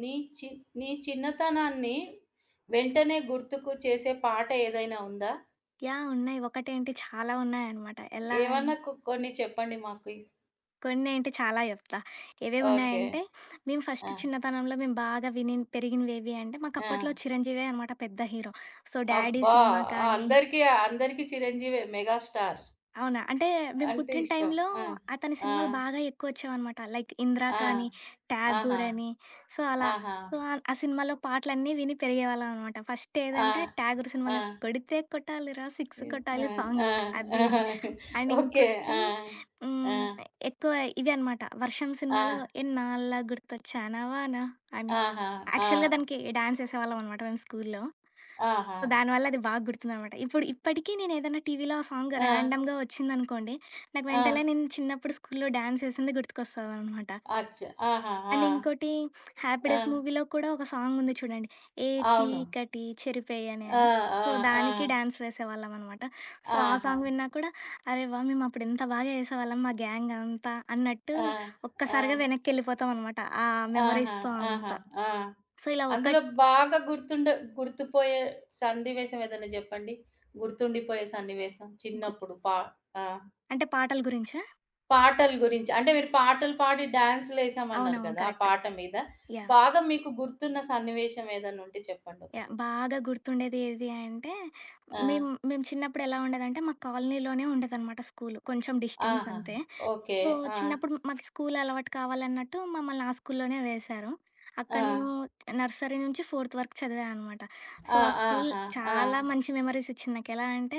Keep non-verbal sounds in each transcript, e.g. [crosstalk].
నీ చి నీ చిన్నతనాన్ని వెంటనే గుర్తుకు చేసే పాట ఏదైనా ఉందా? యాహ్! ఉన్నాయి. ఒకటేంటి చాలా ఉన్నాయన్నమాట. ఎలా అన్ ఏమన్నా కొన్ని చెప్పండి మాకు. కొన్నేంటి చాలా చెప్తా. ఓకే. ఏవేవున్నాయంటే, మేము ఆ! ఫస్ట్ చిన్నతనంలో మేము బాగా విని పెరిగినవేవి అంటే, ఆ! మాకప్పట్లో చిరంజీవే అనమాట పెద్ద హీరో. సో, 'డాడీ' అబ్బా! సినిమా కానీ అందరికీ అందరికీ చిరంజీవే మెగాస్టార్ అవునా? అంటే మేము అంటే పుట్టిన ఇష్టం. టైంలో ఆ! అతని ఆ! సినిమాలు బాగా ఎక్కువొచ్చేవనమాట. లైక్ 'ఇందిరా' ఆ! కానీ, ఆహా! 'ఠాగూర్' అని సో, అలా. ఆహా! సో, ఆ సినిమాలో పాటలన్నీ విని పెరిగేవాళ్ళం అనమాట. ఫస్ట్ ఆ! ఏదంటే 'ఠాగూర్' ఆ! సినిమాలో 'కొడితే కొట్టాలిరా సిక్స్ ఆ! కొట్టాలి' సాంగ్ అది. ఆ! And okay. ఆ! ఇంకోటి ఆ! హ్మ్, ఎక్కువ ఇవి అనమాట. 'వర్షం' ఆ! సినిమాలో 'ఎన్నాళ్ళ గుర్తొచ్చానా వాన' అని. ఆహా! ఆ! యాక్చువల్‌గా దానికి డాన్స్ ఏసేవాళ్ళం అనమాట మేము స్కూల్లో. ఆహా! సో, దానివల్ల అది బాగా గుర్తుందనమాట. ఇప్పటికి నేనేదైనా టీవీలో ఆ సాంగ్ ఆ! ర్యాండమ్‌గా వచ్చిందనుకోండి, నాకు ఆ! వెంటనే నేను చిన్నప్పుడు స్కూల్లో డాన్స్ ఏసింది గుర్తుకొస్తదనమాట. అచ్చా! ఆహా! ఆ! అండ్ ఇంకోటి 'హ్యాపీ ఆ! డేస్' మూవీలో కూడా ఒక సాంగుంది చూడండి. 'ఏ అవును. చీకటి చెరిపేయ'ని అని. ఆ! అని ఆ! సో, దానికి ఆ! డాన్స్ వేసేవాళ్ళమనమాట. సో, ఆ ఆహా! సాంగ్ విన్నా కూడా అరే వాహ్! మేమప్పుడు ఎంత బాగా ఏసేవాళ్ళం మా గ్యాంగ్ అంతా అన్నట్టు ఆ! ఆ! ఒక్కసారిగా వెనక్కెళ్ళిపోతామనమాట. ఆ ఆహా! మెమరీస్‌తో ఆహా! అంతా. ఆ! సో, ఇలా అందులో ఒకటి బాగా గుర్తుండే గుర్తుపోయే సన్నివేశం ఏదైనా జెప్పండి? గుర్తుండిపోయే సన్నివేశం గు చిన్నప్పుడు ఆ! అంటే పాటల గురించా? పాటల గురించి అంటే మీరు పాటలు పాడి డాన్స్‌లేసామన్నారు అవునవును. కదా! ఆ కరెక్ట్. పాట మీద యాహ్! బాగా మీకు గుర్తున్న సన్నివేశం ఏదైనా ఉంటే యాహ్! చెప్పండొకటి? బాగా గుర్తుండేది ఏది అంటే, ఆ! మేము మేము చిన్నప్పుడు ఎలా ఉండేదంటే, మా కాలనీలోనే ఉండేదనమాట స్కూలు. కొంచెం డిస్టెన్స్ ఆహాహా! అంతే. ఓకే. సో, ఆ! చిన్నప్పుడు మాకు స్కూల్ అలవాటు కావాలన్నట్టు మమ్మల్ని ఆ స్కూల్లోనే వేశారు. అక్కడ ఆ! నేను నర్సరీ నుంచి ఫోర్త్ వరకు చదివా అనమాట. సో, ఆ! ఆ స్కూల్ ఆహా! ఆ! చాలా మంచి మెమరీస్ ఇచ్చింది నాకు. ఎలా అంటే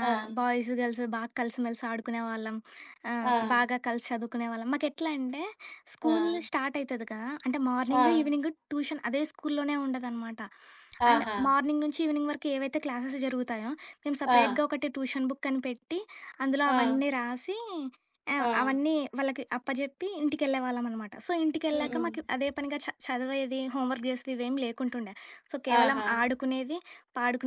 ఆ! బాయ్స్, గర్ల్స్ బాగా కలిసిమెలిసి ఆడుకునేవాళ్ళం. ఆ! బాగా కలిసి చదువుకునేవాళ్ళం. మాకెట్లా అంటే ఆ! స్కూల్ స్టార్ట్ అయితది కదా! అంటే ఆ! మార్నింగ్, ఈవినింగ్ ట్యూషన్ అదే స్కూల్లోనే ఉండదనమాట. అండ్ ఆహా! మార్నింగ్ నుంచి ఈవినింగ్ వరకు ఏవైతే క్లాసెస్ జరుగుతాయో, మేము ఆ! సెపరేట్‌గా ఒకటి ట్యూషన్ బుక్ అని పెట్టి, అందులో ఆ! అవన్నీ రాసి ఆ! అవన్నీ వాళ్ళకి అప్పజెప్పి ఇంటికెళ్ళేవాళ్ళమనమాట. సో, హ్మ్. ఇంటికెళ్ళాక హ్మ్. మాకు అదే పనిగా చదివేది, హోంవర్క్ చేసేది ఇవేమి లేకుంటుండే. సో, కేవలం ఆహా! అవును. ఆడుకునేది,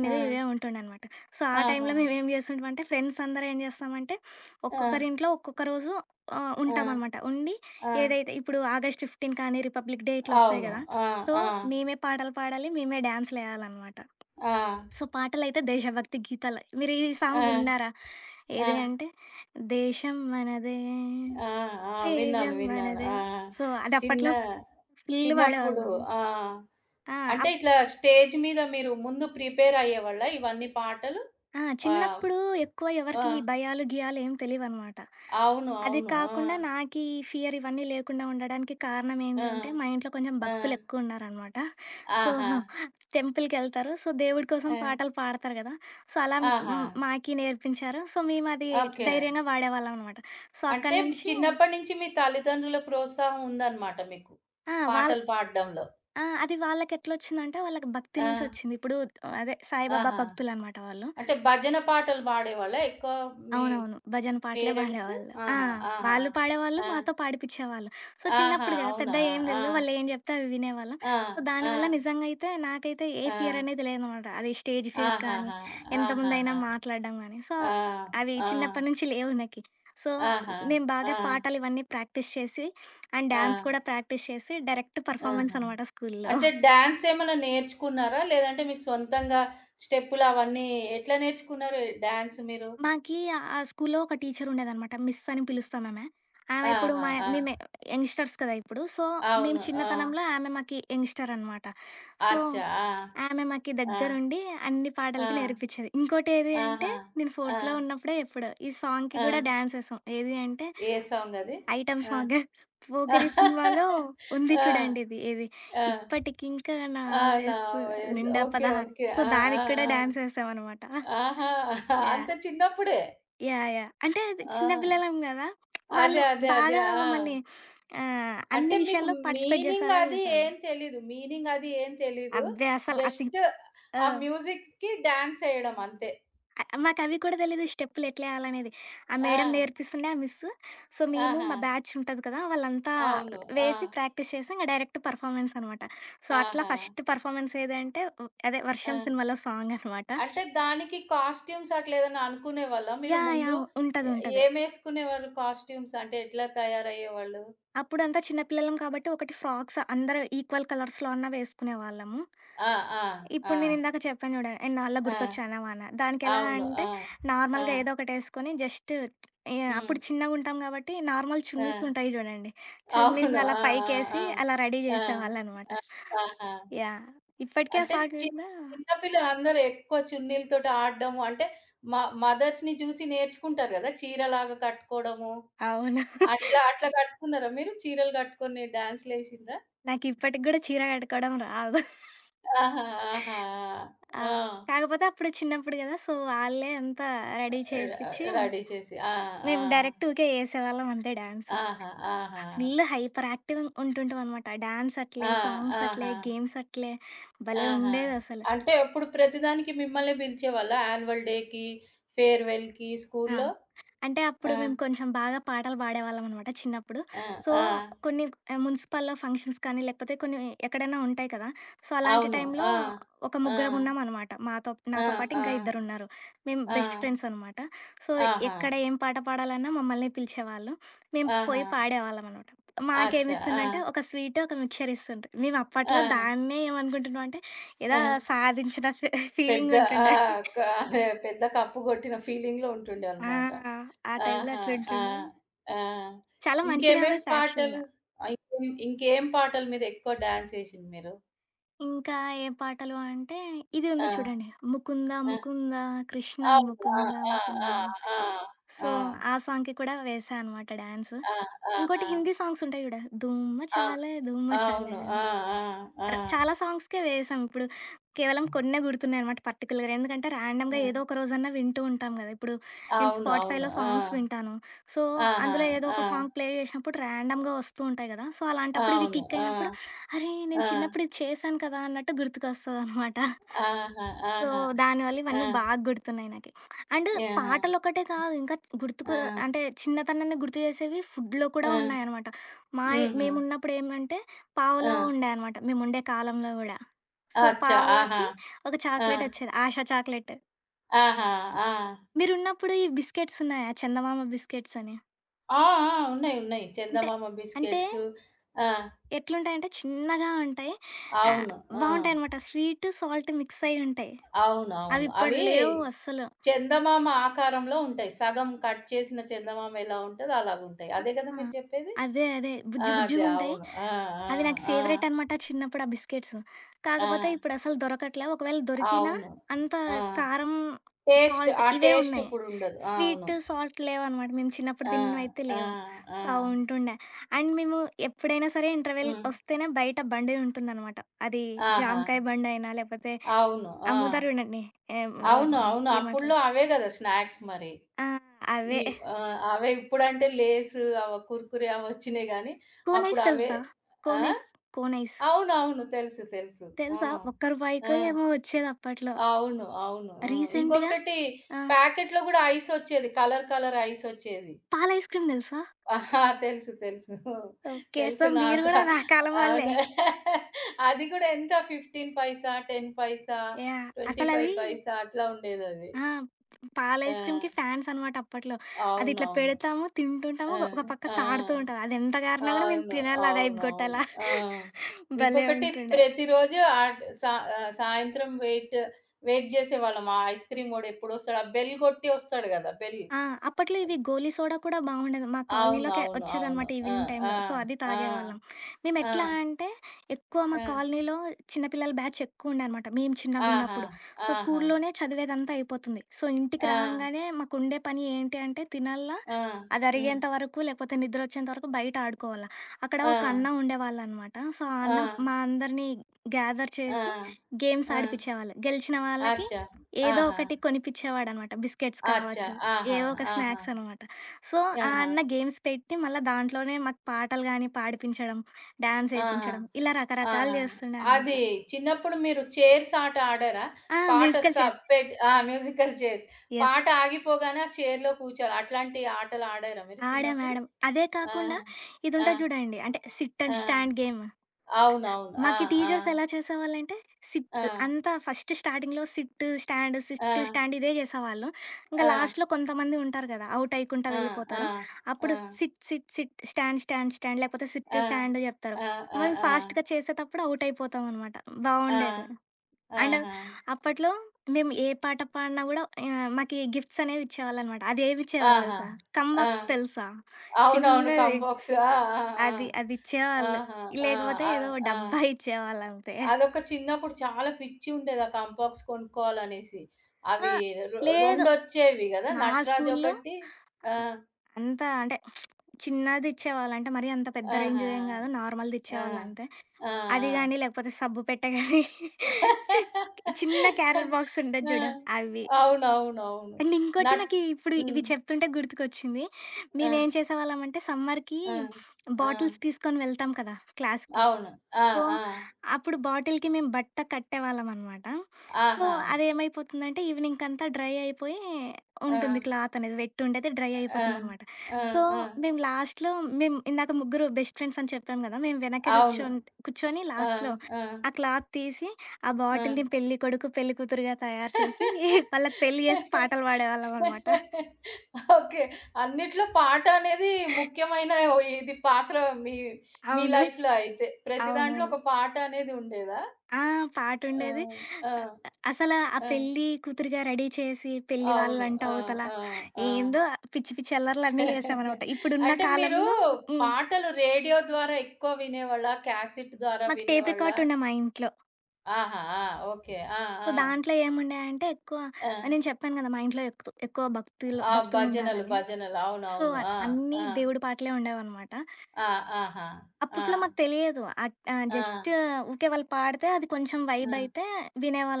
ఆ! ఇవే ఉంటుండనమాట. సో, ఆ ఆహా! టైంలో ఓకే. మేమేం చేస్తుంటామంటే ఫ్రెండ్స్ అందరం ఏం చేస్తామంటే, ఆ! ఒక్కొక్కరింట్లో ఒక్కొక్క రోజు ఆ! ఉంటామనమాట. ఉండి ఆ! ఏదైతే ఇప్పుడు ఆగస్ట్ 15 కానీ, రిపబ్లిక్ డే ఇట్లొస్తాయి అవును. గదా! ఆ! సో, ఆ! మేమే పాటలు పాడాలి, మేమే డాన్స్‌లేయాలనమాట. ఆ! సో, పాటలైతే దేశభక్తి గీతాలు. మీరు ఈ ఆ! సాంగ్ విన్నారా? ఆ! ఏది అంటే, దేశం మనదే ఆ! ఆ! విన్నాను. తేజం విన్నాను. మనదే. ఆ! సో, అది చిన్న అప్పట్లో ఫుల్ చిన్నప్పుడు పాడేవాళ్ళం. ఆ! ఆ! అంటే అప్ ఇట్లా స్టేజ్ మీద మీరు ముందు ప్రిపేర్ అయ్యేవాళ్ళా ఇవన్నీ పాటలు? ఆ! ఆ! చిన్నప్పుడు ఎక్కువ ఆ! ఎవరికీ భయాలు, గియాలు ఏం తెలీవనమాట. అవును. అది అవును. ఆ! కాకుండా నాకీ ఫియర్ ఇవన్నీ లేకుండా ఉండడానికి కారణం ఆ! ఏంటంటే, మా ఇంట్లో కొంచెం ఆ! భక్తులెక్కువున్నారనమాట. సో, ఆహా! టెంపుల్‌కెళ్తారు. సో, దేవుడి కోసం ఆ! పాటలు పాడతారు గదా! సో, అలా ఆహా! మాకి నేర్పించారు. సో, మేమది ఓకే. ధైర్యంగా వాడేవాళ్ళమనమాట. సో, అంటే అక్కడి మీ నుంచి చిన్నప్పటి నుంచి మీ తల్లిదండ్రుల ప్రోత్సాహం ఉందన్నమాట మీకు. ఆ! పాటలు పాడడంలో. ఆ! అది వాళ్ళకెట్లొచ్చిందంటే, వాళ్ళకి భక్తి ఆ! నుంచొచ్చింది. ఇప్పుడు అదే సాయిబాబా ఆహా! భక్తులనమాట వాళ్ళు. అంటే భజన పాటలు పాడేవాళ్ళా ఎక్కువ మీ అవునవును. భజన పాటలే పేరెంట్స్? పాడేవాళ్ళు. ఆ! ఆహా! ఆహా! వాళ్ళు పాడేవాళ్ళు, ఆ! మాతో పాడిపిచ్చేవాళ్ళు. సో, ఆహా! చిన్నప్పుడు గదా! అవునా! పెద్దగా ఏం ఆ! తెలీదు. వాళ్ళేం జెప్తే అవి వినేవాళ్ళం. ఆ! సో, ఆ! దానివల్ల నిజంగా అయితే నాకైతే ఏ ఆ! ఫియర్ అనేది లేదనమాట. అది స్టేజ్ ఫియర్ కానీ, ఆహాహా! ఎంతమందైనా ఆహాహా! మాట్లాడడం గానీ, సో, ఆ! అవి ఆ! చిన్నప్పటి నుంచి లేవు నాకి. సో, ఆహా! నేను ఆ! బాగా పాటలివన్నీ ప్రాక్టీస్ చేసి, అండ్ ఆ! డాన్స్ కూడా ప్రాక్టీస్ చేసి, డైరెక్ట్ పెర్ఫార్మన్స్ ఆహా! అనమాట స్కూలులో. అంటే డాన్స్ ఏమన్నా నేర్చుకున్నారా? లేదంటే మీ సొంతంగా స్టెప్పులు అవన్నీ ఎట్లా నేర్చుకున్నారు డాన్స్ మీరు? మాకీ ఆ ఆ స్కూల్లో ఒక టీచర్ ఉండేదనమాట. మిస్ అని పిలుస్తాం ఆమె. ఆమె ఇప్పుడు ఓకే. ఆహా! మా ఆ! మేము యంగ్‌స్టర్స్ కదా! ఇప్పుడు. సో, మేము అవును. ఆ! చిన్నతనంలో ఆమె మాకి యంగ్‌స్టర్ అనమాట. సో, అచ్చా! ఆ! ఆమె మాకి ఆ! దగ్గరుండి అన్ని ఆ! పాటలకి నేర్పించేది. ఇంకోటేది అంటే ఆహా! నేను ఆ! ఫోర్త్‌లో ఉన్నప్పుడే ఎప్పుడో ఈ సాంగ్‌కి ఆ! గూడా డాన్స్ ఏసాం. ఏది అంటే ఏ సాంగది? ఐటెమ్ ఆ! సాంగ్ 'పోకిరి' సినిమాలో [laughs] ఉంది ఆ! చూడండి ఇది ఏది ఆ! ఇప్పటికింకా నా ఆ! నా వయస్సు వయసు నిండా ఓకే. 16 ఓకే. సో, ఆ! ఆ! దానికి కూడా ఆ! డాన్స్ ఏసామనమాట. ఆహా! [laughs] అంత యాహ్! చిన్నప్పుడే. యాహ్! యాహ్! అంటే అది చిన్న ఆ! పిల్లలం గదా! అదే. వాళ్ళు అదే. అదే. బాగా ఆ! మమ్మల్ని అంటే అన్ని మీకు విషయాల్లో పార్టిసిపేట్ మీనింగ్ జేసేలా అది జేశారు. ఏం తెలీదు. మీనింగ్ అది ఏం తెలీదు. అబ్బే! అసలు అసి జస్ట్ ఆ! ఆ మ్యూజిక్‌కి డాన్స్ ఎయడం అంతే. అ మాకవి కూడా తెలీదు స్టెప్పులెట్లేయాలనేది. ఆ ఆ! మేడం నేర్పిస్తుండే ఆ మిస్. సో, మేము ఆహా! మా బ్యాచ్ ఉంటది కదా! వాళ్ళంతా అవును. ఆ! వేసి ప్రాక్టీస్ చేసి ఇంక డైరెక్ట్ పెర్ఫార్మన్స్ అనమాట. సో, అట్లా ఆహా! ఫస్ట్ పెర్ఫార్మన్స్ ఏదంటే, అదే ఆ! 'వర్షం' సినిమాలో సాంగనమాట. అంటే దానికి కాస్ట్యూమ్స్ అట్లా ఏదైనా అనుకునేవాళ్ళా? మీరు యాహ్! ముందు యాహ్! ఉంటది. ఎ ఉంటది. ఏమేసుకునేవారు కాస్ట్యూమ్స్? అంటే ఎట్లా తయారయ్యేవాళ్ళు? అప్పుడంతా చిన్న పిల్లలం కాబట్టి ఒకటి ఫ్రాక్స్ అందరూ ఈక్వల్ కలర్స్‌లో అన్నా వేసుకునేవాళ్ళము. ఆ! ఆ! ఆ! ఇప్పుడు నేనిందాక చెప్పాను చూడండి, ఎన్నాళ్ళో ఆ! గుర్తొచ్చానావా అని. దానికెలా అవును. అంటే ఆ! ఆ! నార్మల్‌గా ఏదో ఒకటేసుకొని జస్ట్ ఏ హ్మ్. అప్పుడు చిన్నగుంటాం కాబట్టి నార్మల్ ఆ! చున్నీస్ ఉంటాయి చూడండి. అవును. చున్నీస్‌ని అలా ఆ! పైకేసి ఆ! అలా రెడీ ఆ! చేసేవాళ్ళనమాట. ఆ! ఆ! ఆహా! యాహ్! ఇప్పటికి ఆ అంటే చి సాంగున్నా చిన్న పిల్లలందరూ ఎక్కువ చున్నీలతోటి ఆడడము అంటే మ మదర్స్‌ని చూసి నేర్చుకుంటారు గదా! చీరలాగా కట్టుకోవడము. అవును. అట్లా [laughs] అట్లా కట్టుకున్నారా మీరు? చీరలు కట్టుకొని డాన్స్‌లేసిండ్రా? నాకిప్పటికి గూడా చీర కట్టుకోవడం రాదు. ఆహా! ఆహా! ఆ! ఆ! కాకపోతే అప్పుడు చిన్నప్పుడు గదా! సో, వాళ్ళే అంతా రెడీ చేపిచ్చి ర రెడీ చేసి. ఆ! ఆ! మేము డైరెక్ట్ ఊకే ఏసేవాళ్ళం అంతే డాన్స్. ఆహా! ఆహా! ఫుల్ హైపర్ యాక్టివ్ ఉంటుంటిమనమాట. డాన్స్ ఆ! అట్లే, సాంగ్స్ అట్లే, ఆహా! గేమ్స్ అట్లే భలే ఆహా! ఉండేదసలు. అంటే అప్పుడు ప్రతిదానికి మిమ్మల్నే పిలిచేవాళ్ళా? యాన్యువల్ డేకి, ఫేర్‌వెల్‌కి ఆ! స్కూల్లో? అంటే ఆ! అప్పుడు మేము కొంచెం బాగా పాటలు పాడేవాళ్ళం అనమాట చిన్నప్పుడు. ఆ! సో, ఆ! కొన్ని మున్సిపల్‌లో ఫంక్షన్స్ కానీ, లేకపోతే కొన్ని ఎక్కడైనా ఉంటాయి కదా! సో, అలాంటి అవును. టైంలో ఆ! ఒక ఆ! ముగ్గురం ఉన్నామనమాట. నాతో పాటు ఇంకా ఆ! ఇద్దరున్నారు. మేము ఆ! బెస్ట్ ఆ! ఫ్రెండ్స్ అనమాట. సో, ఆహా! ఎక్కడ ఏం పాట పాడాలన్నా మమ్మల్ని పిలిచేవాళ్ళు. మేము ఆహా! పోయి పాడేవాళ్ళం అనమాట. అచ్చా! ఆ! మాకేమిస్తుండ్రంటే ఒక స్వీటు, ఒక మిక్చర్ ఇస్తుండ్రు. మేము అప్పట్లో ఆ! దాన్నే ఏమనుకుంటున్నాం అంటే ఏదో ఆ! సాధించిన ఫీలింగ్ పెద్ద ఆ! ఉంటుండే. అదే పెద్ద కప్పు గొట్టిన ఫీలింగ్‌లో ఉంటుండే ఆ! అనమాట. ఆ టైంలో ఆహా! ఆ! అట్లుంటుండే. ఆ! చాలా మంచి ఇంకేమేం మెమరీస్ పాటలు యాక్చువల్‌గా. ఇంకేం ఇంకేం పాటల మీద ఎక్కువ డాన్స్ ఏసింది మీరు? ఇంకా ఏ పాటలు అంటే, ఇది ఆ! ఉంది చూడండి. 'ముకుంద ఆ! ముకుంద కృష్ణ అవును. ఆ! ముకుంద ముకుంద' అని. ఆ! ఆ! సో, ఆ! ఆ సాంగ్‌కి కూడా వేశా అనమాట డాన్స్. ఆ! ఆ! ఆ! ఇంకోటి ఆ! హిందీ సాంగ్స్ ఉంటాయి చూడు. 'ధూమ్ ఆ! మచాలే ధూమ్ మచాలే' అవును. అని. ఆ! ఆ! ఆ! ఆ! చాలా సాంగ్స్‌కే వేశాం. ఇప్పుడు కేవలం కొన్నే గుర్తున్నాయనమాట పర్టిక్యులర్‌గా. ఎందుకంటే ర్యాండమ్‌గా ఏదో ఒక రోజన్నా వింటూ ఉంటాం గదా! ఇప్పుడు నేను అవును. అవును. స్పాటిఫైలో ఆ! సాంగ్స్ వింటాను. సో, ఆహా! అందులో ఏదో ఆ! ఒక సాంగ్ ప్లే చేసినప్పుడు ర్యాండమ్‌గా వస్తూ ఉంటాయి గదా! సో, అలాంటప్పుడు ఇవి అవును. క్లిక్ ఆ! అయినప్పుడు అరే! ఆ! నేను చిన్నప్పుడు ఇది చేశాను కదా! అన్నట్టు గుర్తుకొస్తదనమాట. ఆహా! సో, ఆహా! దానివల్ల ఆ! ఇవన్నీ బాగా గుర్తున్నాయి నాకి. అండ్ యాహా! పాటలొక్కటే కాదు ఇంకా ఆ! గుర్తుకు అంటే చిన్నతనాన్ని గుర్తు చేసేవి ఫుడ్‌లో కూడా ఆ! ఉన్నాయనమాట. మా ఎ హ్మ్. హుహు. మేమున్నప్పుడు ఏమంటే ఆ! పావలా ఉండే అనమాట. మేముండే కాలంలో గూడా. సో, అచ్చా! అచ్చా! ఆహా! పావలాకి ఒక ఆ! చాక్లెటొచ్చేది. ఆశ చాక్లెట్. ఆహా! ఆ! మీరున్నప్పుడు ఈ బిస్కెట్స్ ఉన్నాయా? చందమామ బిస్కెట్స్ అని. ఆ! ఆ! ఉన్నాయి. ఉన్నాయి. అంటే, చందమామ అంటే, బిస్కెట్సు. ఆ! ఎట్లుంటాయంటే చిన్నగా ఉంటాయి. ఆహ్, అవును. ఆ! బావుంటాయనమాట. స్వీటు, సాల్ట్ మిక్స్ అయ్యుంటాయి. అవి అవునవును. ఇప్పుడు అవి అచ్చా! లేవు అస్సలు. చందమామ ఆకారంలో ఉంటాయి. సగం కట్ చేసిన చందమామ ఎలా ఉంటదో అలాగుంటాయి. ఆ! అదే కదా మీరు చెప్పేది? అదే. ఆ! బుజ్జి అదే. బుజ్జిగుంటాయి. అవును. ఆ! ఆ! అవి నాకు ఆ! ఫేవరెట్ అనమాట చిన్నప్పుడు ఆ బిస్కెట్స్. ఆ! కాకపోతే ఇప్పుడసలు దొరకట్లే. ఒకవేళ దొరికినా అవును. అంత ఆ! కారం, టేస్ట్ సాల్ట్ ఆ ఇవే టేస్ట్ ఉన్నాయి. ఇప్పుడుండదు. అవును. స్వీట్, సాల్ట్ లేవనమాట. మేము చిన్నప్పుడు ఆ! తిన్నవయితే ఆ! లేవు. ఆ! సో, అవి ఉంటుండే. అండ్ మేము ఎప్పుడైనా సరే ఇంటర్వెల్ హ్మ్. ఒస్తేనే బయట బండి ఉంటుందనమాట. అది ఆహా! జామకాయ బండయినా, లేకపోతే అవును. ఆ! అమ్ముతారు చూడండి. ఏం అవును. అవును. ఏమంటారు? అప్పుడ్లో అవే గదా! స్నాక్స్ మరి. ఆ! ఈ అవే. అవే ఇప్పుడంటే లేస్, అవ కుర్కురే అవొచ్చినియి గానీ, కోన్ అప్పుడు ఐస్ అవే తెలుసా? ఆ? Cone ice, cone ice. అవునవును. తెలుసు. తెలుసు. ఆ! తెలుసా? ఒక్క ఆ! రూపాయికో ఏమో వచ్చేదప్పట్లో. అవును. అవును. ఆ! రీసెంట్‌గా ఇంకొకటి ఆ! ప్యాకెట్‌లో గూడా ఐసొచ్చేది. Colour, colour ఐసొచ్చేది. పాల ఐస్ క్రీమ్ తెలుసా? ఆహా! తెలుసు. తెలుసు. ఓకే. సో, తెలుసు మీరు నాకు. గూడా నా కాలం వాళ్ళే. అవును. అది గూడా ఎంత 15 పైసా, 10 పైసా, యాహ్! అసలది 25 పైసా అట్లా ఉండేదది. ఆ! పాల ఆ! ఐస్ క్రీమ్‌కి ఫ్యాన్స్ అనమాట అప్పట్లో. అదిట్లా అవునవును. పెడతాము, తింటుంటాము. ఆ! ఒక ఒక పక్క ఆ! కాడుతూ ఉంటది. అది ఎంత కారినా గూడా మేము అవును. తినాలా అది అయిపు గొట్టాలా అవునవును. ఆ! భలే ఇంకొకటి ఉంటుండే. ప్రతిరోజు సాయంత్రం వెయిట్ వెయిట్ జేసేవాళ్ళం. ఆ ఐస్ క్రీమ్ వోడు ఎప్పుడొస్తాడా? బెల్ గొట్టి వస్తాడు గదా! బెల్. ఆ! అప్పట్లో ఇవి గోలీ సోడా కూడా బాగుండేది. మా కాలనీలోకే అవునవును. అవును. వచ్చేదనమాట ఆ! ఈవినింగ్ టైంలో. ఆ! సో, అది ఆ! తాగేవాళ్ళం. మేమెట్లా అంటే, ఎక్కువ మా ఆ! ఆ! కాలనీలో చిన్న పిల్లల బ్యాచ్ ఎక్కువుండే అనమాట, మేము ఆహా! చిన్నగున్నప్పుడు. సో, ఆహా! స్కూల్లోనే చదివేదంతా అయిపోతుంది. సో, ఇంటికి ఆ! రాంగానే మాకుండే పని ఏంటి అంటే, తినాలా, ఆ! హ్మ్. అదరిగేంత వరకు, లేకపోతే నిద్రొచ్చేంత వరకు బయట ఆడుకోవాల. అక్కడ ఆ! ఒక అన్న ఉండేవాళ్ళనమాట. సో, ఆ ఆ! అన్న మా అందరినీ గ్యాదర్ ఆ! చేసి గేమ్స్ ఆ! ఆడిపిచ్చేవాళ్ళు. గెలిచిన వాళ్ళకి అచ్చా! ఏదో ఆహా! ఒకటి కొనిపిచ్చేవాడనమాట. బిస్కెట్స్ అచ్చా! కావచ్చు. ఆహా! ఏవో ఒక ఆహా! స్నాక్స్ అనమాట. సో, ఆ ఆహా! అన్న గేమ్స్ పెట్టి మళ్ళా దాంట్లోనే మాకు పాటలు గానీ పాడిపించడం, డాన్స్ ఆహా! ఏపించడం ఇలా రకరకాలు ఆహా! జేస్తుండే అనమాట. అది చిన్నప్పుడు మీరు చైర్స్ ఆట ఆడారా? ఆ! పాట మ్యూజికల్ చైర్స్. సప్పెట్ ఆ! Musical chairs. యెస్. పాట ఆగిపోగానే ఆ చైర్‌లో కూర్చోవాలి. అట్లాంటి ఆటలు ఆడారా మీరు ఆడాం. చిన్నప్పుడు? ఆడాం. అదే ఆ! కాకుండా ఆ! ఇదుంటది జూడండి. అంటే సిట్ ఆ! And stand game. అవునవును. ఆ! మాకి ఆ! టీచర్స్ ఎలా చేసేవాళ్ళంటే, సిట్ ఆ! అంతా ఫస్ట్ స్టార్టింగ్‌లో సిట్, స్టాండ్, సిట్, స్టాండ్ ఇదే చేసేవాళ్ళు. ఇంకా ఆ! లాస్ట్‌లో కొంతమంది ఉంటారు కదా! ఔట్ అయ్యకుండా ఆ! ఆ! వెళ్ళిపోతారు. ఆ! అప్పుడు sit, sit, sit, stand, stand, stand లేకపోతే సిట్, ఆ! స్టాండ్ చెప్తారు. ఆ! ఆ! మేము ఆ! ఫాస్ట్‌గా చేసేటప్పుడు ఔట్ అయిపోతామనమాట. ఆ! బావుండేది. ఆ! అండ్ ఆహా! అప్పట్లో మేము ఏ పాట పాడినా కూడా మాకి గిఫ్ట్స్ అనేవి ఇచ్చేవాళ్ళనమాట. అదేమి ఇచ్చేవాళ్ళు ఆహా! తెలుసా? ఆ! కంబాక్స్ తెలుసా? అవునవును. చిన్నది. కంబాక్స్. ఆ! ఆ! అది ఆ! అదిచ్చేవాళ్ళు. ఆహా! ఆ! లేకపోతే ఆ! ఏదో ఆ! డబ్బా ఇచ్చేవాళ్ళంతే. అదొక చిన్నప్పుడు చాలా పిచ్చి ఉండేది ఆ కాంపాక్స్ కొనుక్కోవాలనేసి. ఆ! అవి లేదు. రొండొచ్చేవి గదా! నా నటరాజ్ స్కూలులో ఒకటి ఆ! అంత అంటే చిన్నదిచ్చేవాళ్ళు. అంటే మరీ అంత పెద్ద ఆహా! రేంజ్‌దేం గాదు. ఆ! నార్మల్‌దిచ్చేవాళ్ళంతే. ఆ! ఆ! అది గాని, లేకపోతే సబ్బు పెట్టె గాని, చిన్న క్యారట్ బాక్స్ ఉంటది ఆ! జూడు అవి. అవునవునవును. అండ్ ఇంకోటి నట్ నాకీ ఇప్పుడు హ్మ్. ఇవి చెప్తుంటే గుర్తుకొచ్చింది. ఆ! మేమేం చేసేవాళ్ళమంటే సమ్మర్‌కి ఆ! ఆ! బాటిల్స్ తీసుకొని వెళ్తాం కదా! క్లాస్‌కి. అవును. ఆ! సో, ఆ! అప్పుడు బాటిల్‌కి మేము బట్ట కట్టేవాళ్ళమనమాట. సో, ఆహా! అదేమైపోతుందంటే ఈవినింగ్‌కంతా డ్రై అయిపోయి ఆ! ఉంటుంది క్లాతనేది. వెట్టుండేది డ్రై ఆ! అయిపోతుందనమాట. ఆ! సో, ఆ! మేము లాస్ట్‌లో మేము ఇందాక ముగ్గురు బెస్ట్ ఫ్రెండ్స్ అని చెప్పాం గదా! మేము వెనక అవును. కూర్చొన్ కూర్చొని ఆ! లాస్ట్‌లో ఆ! ఆ క్లాత్ తీసి ఆ ఆ! బాటిల్‌ని పెళ్లి కొడుకు, పెళ్లి కూతురుగా తయారు చేసి వాళ్ళకి పెళ్లి చేసి [laughs] పాటలు పాడేవాళ్ళమనమాట. ఓకే. అన్నిట్లో పాట అనేది ముఖ్యమైన ఓ ఇది పాత్ర మీ, మీ అవును. లైఫ్‌లో అయితే. ప్రతి దాంట్లో అవునవును. ఒక పాట అనేది ఉండేదా? ఆ! ఆ! పాటుండేది. ఆ! అసల ఆ ఆ! పెళ్లి కూతురుగా రెడీ చేసి పెళ్లి అవును. వాళ్ళంట ఆ! అవతల ఆ! ఆ! ఏందో పిచ్చి పిచ్చి అల్లర్లన్నీ చేసామనమాట. [laughs] ఇప్పుడున్న అంటే మీరు కాలంలో హ్మ్. పాటలు రేడియో ద్వారా ఎక్కువ వినేవాళ్ళా? క్యాసెట్ ద్వారా మాకు టేప్ వినేవాళ్ళా? రికార్డ్ ఉండే మా ఇంట్లో. ఆహా! ఆ! ఓకే. ఆ! సో, ఆ! దాంట్లో ఏముండేయంటే ఎక్కువ ఆ! నేను చెప్పాను కదా! మా ఇంట్లో ఎక్కువ భక్తులు ఆ! భజనలు, భక్తులున్నారని. భజనలు. సో, అవునవును. ఆ! అన్నీ ఆ! దేవుడి పాటలే ఉండేవనమాట. ఆ! ఆహా! ఆ! అప్పట్లో మాకు తెలియదు. ఆ! జస్ట్ ఊకే వాళ్ళు పాడితే అది కొంచెం ఆ! వైబ్ అయితే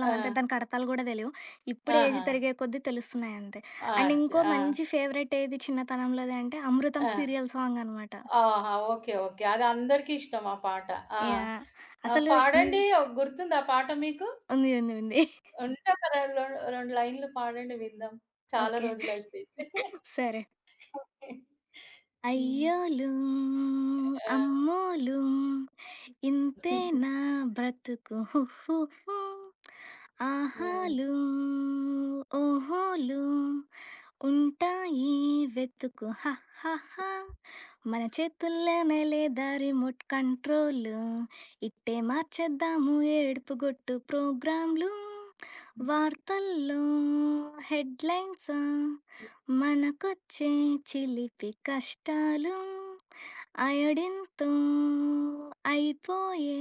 ఆ! అంతే. దానికి అర్థాలు గూడా తెలియవు. ఇప్పుడు ఏజ్ ఆహా! పెరిగే కొద్దీ తెలుస్తున్నాయి అంతే. అండ్ అచ్చ! ఇంకో ఆ! మంచి ఫేవరెట్ ఏది చిన్నతనంలోది అంటే ఆ! 'అమృతం' సీరియల్ సాంగ్ అనమాట. ఆహా! ఓకే. ఓకే. అది అందరికి ఇష్టం ఆ పాట. ఆ! యాహ్! ఆ! అసలు ఇన్ పాడండి. గుర్తుందా ఆ పాట మీకు? ఉంది. ఉంది. ఉంది. ఉంటే ఒక రెండు 2 లైన్‌లు పాడండి విందాం. చాలా ఓకే. రోజులైపోయింది. సరే. హ్మ్. అయ్యోలు ఆ! అమ్మోలు ఇంతేనా బ్రతుకు హుహు హు. హు. హ్మ్. ఆహాలు ఓహోలు ఉంటాయి వెతుకు హ హ హ. మన చేతుల్లోనే లేదా రిమోట్ కంట్రోల్ ఇట్టే మార్చేద్దాము ఏడుపు గొట్టు ప్రోగ్రాంలు హ్మ్. వార్తల్లో హెడ్లైన్స్ మనకొచ్చే చిలిపి కష్టాలు అయోడిన్తో అయిపోయే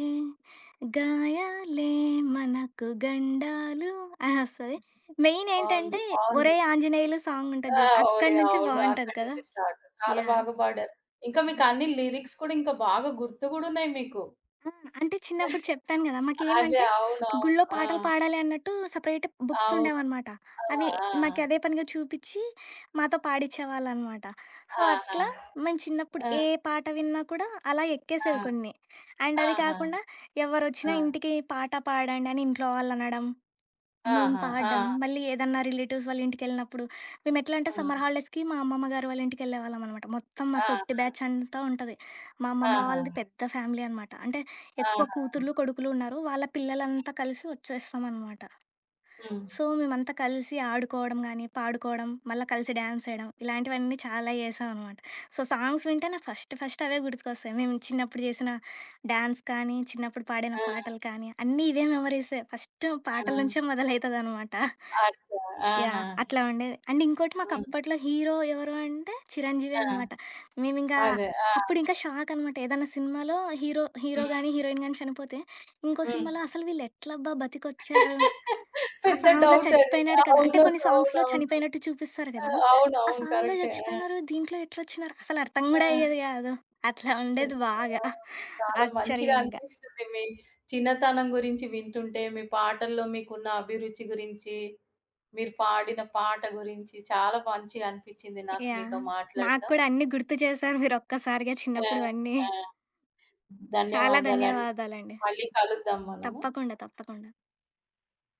గాయాలే మనకు గండాలు అని వస్తుంది మెయిన్ బావుంది. ఏంటంటే బావుంది. ఒరే ఆంజనేయులు సాంగ్ ఉంటుంది ఆ! చూడు అక్కడి ఓరే! నుంచి అవును. బాగుంటది అక్కడి కదా నుంచి స్టార్ట్. చాలా యా బాగా పాడారు. ఇంకా మీకు అన్ని లిరిక్స్ కూడా ఇంకా బాగా గుర్తు గూడా ఉన్నాయి మీకు. ఆ! అంటే చిన్నప్పుడు చెప్పాను గదా! అదే. మాకేమంటే అవునవును. గుళ్ళో ఆ! పాటలు పాడాలి అన్నట్టు సెపరేట్ బుక్స్ అవును. ఉండేవనమాట. ఆ! అవి ఆ! మాకు అదే పనిగా చూపిచ్చి మాతో పాడిచ్చేవాళ్ళనమాట. సో, అట్లా ఆ! మేము చిన్నప్పుడు ఆ! ఆ! ఏ పాట విన్నా కూడా అలా ఆ! ఎక్కేసేవి కొన్ని. అండ్ అది ఆహా! కాకుండా ఆ! ఎవరొచ్చినా ఇంటికి పాట పాడండి అని ఇంట్లో వాళ్ళనడం. హ్మ్. ఆహా! ఆ! పాడడం. మళ్ళీ ఏదన్నా రిలేటివ్స్ వాళ్ళ ఇంటికెళ్ళినప్పుడు, మేమెట్లా అంటే హ్మ్. సమ్మర్ హాలిడేస్‌కి మా అమ్మమ్మ గారు వాళ్ళ ఇంటికెళ్ళేవాళ్ళం అనమాట. మొత్తం మా తొట్టి ఆ! బ్యాచ్ అంతా ఉంటది. మా అమ్మమ్మ ఆహా! వాళ్ళది పెద్ద ఫ్యామిలీ అనమాట. అంటే ఎక్కువ ఆహా! కూతుర్లు, కొడుకులు ఉన్నారు. వాళ్ళ పిల్లలంతా కలిసి వచ్చేస్తామనమాట. హ్మ్. సో, మేమంతా కలిసి ఆడుకోవడం గానీ, పాడుకోవడం, మళ్ళా కలిసి డాన్స్ ఏయడం ఇలాంటివన్నీ చాలా చేశామనమాట. సో, సాంగ్స్ వింటే నాకు ఫస్ట్ ఫస్ట్ అవే గుర్తుకొస్తాయి. మేము చిన్నప్పుడు చేసిన డాన్స్ కానీ, చిన్నప్పుడు పాడిన ఆ! పాటలు కానీ, అన్నీ ఇవే మెమరీసే. ఫస్ట్ ఆ! పాటల నుంచే మొదలైతదనమాట. అచ్చా! ఆహా! యాహ్! అట్లా ఉండేది. అండ్ ఇంకోటి హ్మ్. మాకప్పట్లో హీరో ఎవరు అంటే చిరంజీవే ఆ! అనమాట. మేమింకా అదే. ఆ! అప్పుడింకా షాకనమాట. ఏదన్నా సినిమాలో హీరో హీరో హ్మ్. గాని, హీరోయిన్ గాని చనిపోతే, ఇంకో హ్మ్. సినిమాలో అసలు వీళ్ళెట్లబ్బా బతికొచ్చారు? [laughs] ఆ పెద్ద సాంగ్‌లో డౌట్ అది. చచ్చిపోయినాడు కదా! అంటే అవును. కొన్ని సాంగ్స్‌లో అవునవును. చనిపోయినట్టు చూపిస్తారు ఆ! కదా! ఆ అవునవును. సాంగ్‌లో కరెక్టే. ఆ! చచ్చిపోయినారు. దీంట్లో ఎట్లొచ్చినారు? అసలు అర్థం గూడా ఆ! అయ్యేది గాదు. అట్లా చ ఉండేది బాగా. ఆ! చాలా మంచిగా ఆశ్చర్యంగా. అనిపిస్తుంది మీ చిన్నతనం గురించి వింటుంటే, మీ పాటల్లో మీకున్న అభిరుచి గురించి, మీరు పాడిన పాట గురించి చాలా మంచిగా అనిపించింది నాకు మీతో యాహ్! నాకు మాట్లాడడం. కూడా అన్నీ గుర్తు చేశారు మీరొక్కసారిగా ఆ! చిన్నప్పుడువన్నీ. ఆ! చాలా ధన్యవాదాలండి. ధన్యవాదాలండి. మళ్ళీ కలుద్దాం హ్మ్. మనము. తప్పకుండా.